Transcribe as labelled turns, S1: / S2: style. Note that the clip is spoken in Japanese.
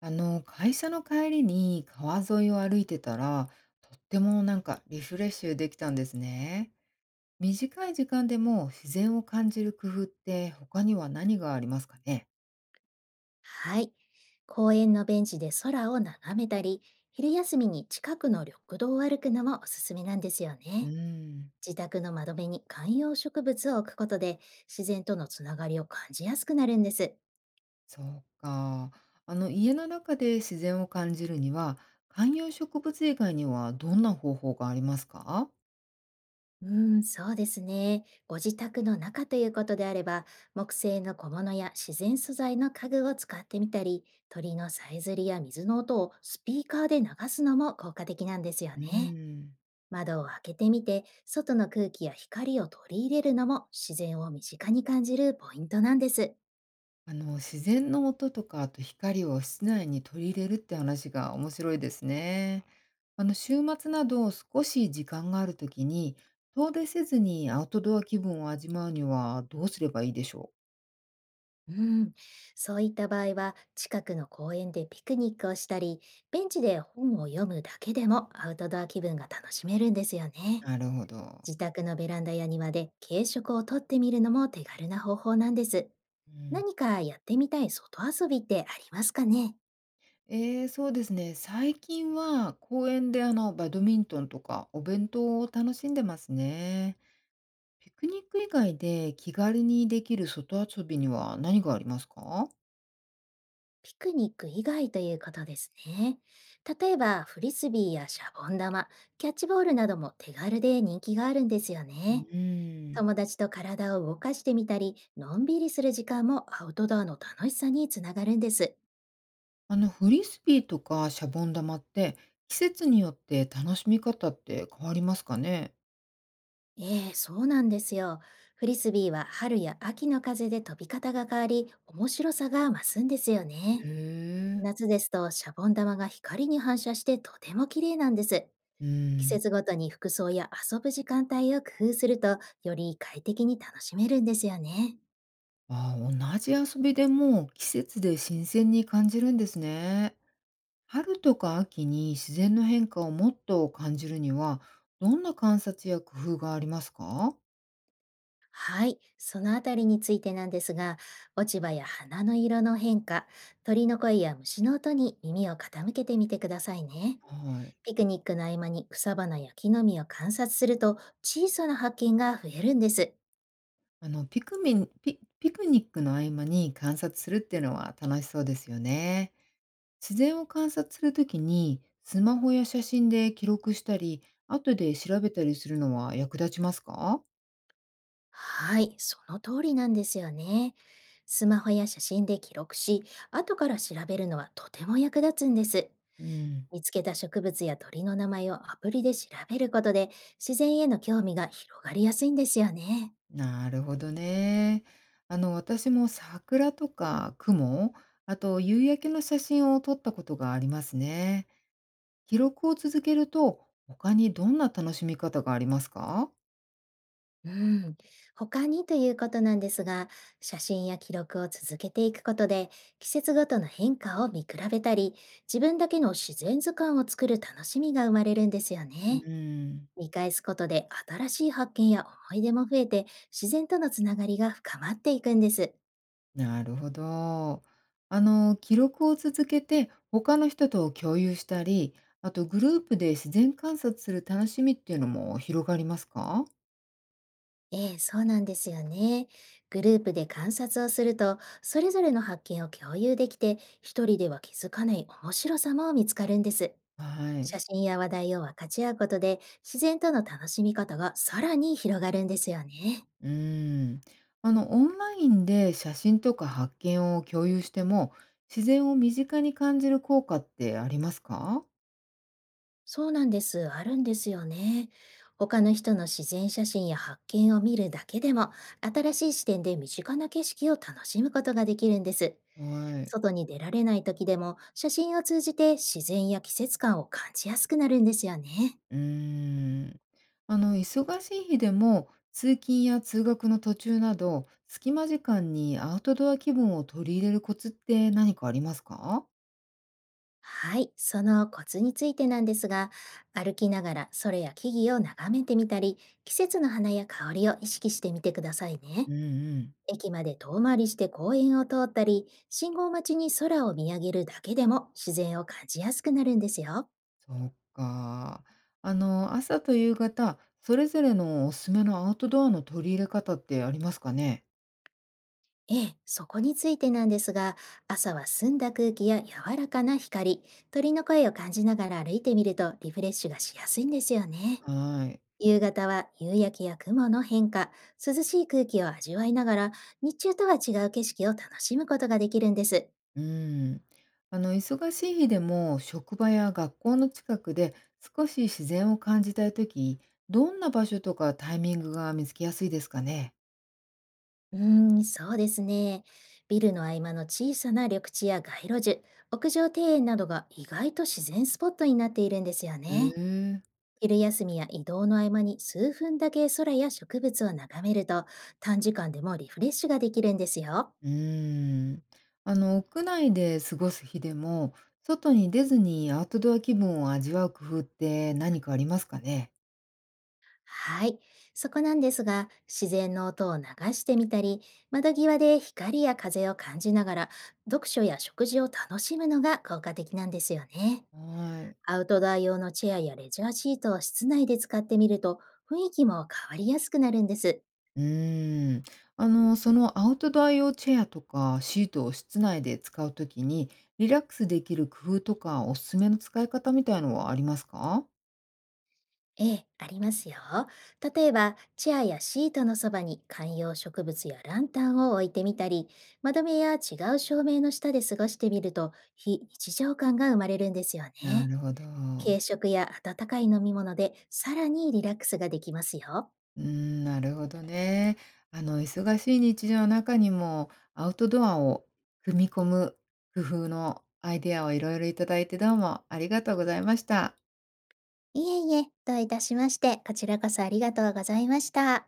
S1: 会社の帰りに川沿いを歩いてたら、とってもリフレッシュできたんですね。短い時間でも自然を感じる工夫って他には何がありますかね。
S2: はい。公園のベンチで空を眺めたり、昼休みに近くの緑道を歩くのもおすすめなんですよ
S1: うー
S2: ね。
S1: ん、
S2: 自宅の窓辺に観葉植物を置くことで、自然とのつながりを感じやすくなるんです。
S1: そうか。家の中で自然を感じるには、観葉植物以外にはどんな方法がありますか。
S2: そうですね。ご自宅の中ということであれば、木製の小物や自然素材の家具を使ってみたり、鳥のさえずりや水の音をスピーカーで流すのも効果的なんですよ
S1: う
S2: ね。
S1: ーん。
S2: 窓を開けてみて、外の空気や光を取り入れるのも自然を身近に感じるポイントなんです。
S1: 自然の音とか、あと光を室内に取り入れるって話が面白いですね。週末など少し時間があるときに、遠出せずにアウトドア気分を味わうにはどうすればいいでしょう。
S2: うん、そういった場合は、近くの公園でピクニックをしたり、ベンチで本を読むだけでもアウトドア気分が楽しめるんですよね。
S1: なるほど。
S2: 自宅のベランダや庭で軽食をとってみるのも手軽な方法なんです。
S1: うん。
S2: 何かやってみたい外遊びってありますかね？
S1: そうですね。最近は公園でバドミントンとかお弁当を楽しんでますね。ピクニック以外で気軽にできる外遊びには何がありますか。
S2: ピクニック以外ということですね。例えば、フリスビーやシャボン玉、キャッチボールなども手軽で人気があるんですよ
S1: う
S2: ね。
S1: ーん。
S2: 友達と体を動かしてみたり、のんびりする時間もアウトドアの楽しさにつながるんです。
S1: あのフリスビーとかシャボン玉って季節によって楽しみ方って変わりますかね。
S2: ええ、そうなんですよ。フリスビーは春や秋の風で飛び方が変わり、面白さが増すんですよ
S1: へ
S2: ね。
S1: え。
S2: 夏ですとシャボン玉が光に反射してとても綺麗なんです。
S1: う
S2: 季
S1: ん。
S2: 節ごとに服装や遊ぶ時間帯を工夫すると、より快適に楽しめるんですよね。
S1: ああ、同じ遊びでも季節で新鮮に感じるんですね。春とか秋に自然の変化をもっと感じるには、どんな観察や工夫がありますか。
S2: はい、そのあたりについてなんですが、落ち葉や花の色の変化、鳥の声や虫の音に耳を傾けてみてくださいね。
S1: はい。
S2: ピクニックの合間に草花や木の実を観察すると、小さな発見が増えるんです。
S1: あの、ピクミン、ピ、ピクニックの合間に観察するっていうのは楽しそうですよね。自然を観察するときに、スマホや写真で記録したり、後で調べたりするのは役立ちますか。
S2: はい、その通りなんですよね。スマホや写真で記録し、後から調べるのはとても役立つんです。
S1: うん、
S2: 見つけた植物や鳥の名前をアプリで調べることで、自然への興味が広がりやすいんですよね。
S1: なるほどね。私も桜とか雲、あと夕焼けの写真を撮ったことがありますね。記録を続けると、他にどんな楽しみ方がありますか。
S2: うん。他にということなんですが、写真や記録を続けていくことで、季節ごとの変化を見比べたり、自分だけの自然図鑑を作る楽しみが生まれるんですよ
S1: う
S2: ね。
S1: ん。
S2: 見返すことで新しい発見や思い出も増えて、自然とのつながりが深まっていくんです。
S1: なるほど。記録を続けて他の人と共有したり、あとグループで自然観察する楽しみっていうのも広がりますか。
S2: ええ、そうなんですよね。グループで観察をすると、それぞれの発見を共有できて、一人では気づかない面白さも見つかるんです。
S1: はい。
S2: 写真や話題を分かち合うことで、自然との楽しみ方がさらに広がるんですよね。
S1: うん。オンラインで写真とか発見を共有しても、自然を身近に感じる効果ってありますか。
S2: そうなんです。あるんですよね。他の人の自然写真や発見を見るだけでも、新しい視点で身近な景色を楽しむことができるんです。
S1: はい。
S2: 外に出られない時でも、写真を通じて自然や季節感を感じやすくなるんですよね。
S1: うーん。忙しい日でも、通勤や通学の途中など、隙間時間にアウトドア気分を取り入れるコツって何かありますか。
S2: はい、そのコツについてなんですが、歩きながら空や木々を眺めてみたり、季節の花や香りを意識してみてください
S1: う
S2: ね。
S1: んうん。
S2: 駅まで遠回りして公園を通ったり、信号待ちに空を見上げるだけでも自然を感じやすくなるんですよ。
S1: そっか。朝と夕方、それぞれのおすすめのアウトドアの取り入れ方ってありますかね。
S2: ええ、そこについてなんですが、朝は澄んだ空気や柔らかな光、鳥の声を感じながら歩いてみるとリフレッシュがしやすいんですよね。
S1: はい。
S2: 夕方は夕焼けや雲の変化、涼しい空気を味わいながら、日中とは違う景色を楽しむことができるんです。
S1: うーん。忙しい日でも、職場や学校の近くで少し自然を感じたいとき、どんな場所とかタイミングが見つけやすいですかね？
S2: うーそうですね。ビルの合間の小さな緑地や街路樹、屋上庭園などが意外と自然スポットになっているんですよ
S1: へ
S2: ね。
S1: え。
S2: 昼休みや移動の合間に数分だけ空や植物を眺めると、短時間でもリフレッシュができるんですよ。
S1: うーん。屋内で過ごす日でも、外に出ずにアウトドア気分を味わう工夫って何かありますかね？
S2: はい。そこなんですが、自然の音を流してみたり、窓際で光や風を感じながら、読書や食事を楽しむのが効果的なんですよね。
S1: はい。
S2: アウトドア用のチェアやレジャーシートを室内で使ってみると、雰囲気も変わりやすくなるんです。
S1: うーん。そのアウトドア用チェアとかシートを室内で使うときに、リラックスできる工夫とかおすすめの使い方みたいのはありますか？
S2: ええ、ありますよ。例えば、チェアやシートのそばに観葉植物やランタンを置いてみたり、窓辺や違う照明の下で過ごしてみると、非日常感が生まれるんですよ
S1: な
S2: ね。
S1: るほど。
S2: 軽食や温かい飲み物で、さらにリラックスができますよ。
S1: うーん、なるほどね。忙しい日常の中にも、アウトドアを組み込む工夫のアイデアをいろいろいただいて、どうもありがとうございました。
S2: いえいえ、どういたしまして、こちらこそありがとうございました。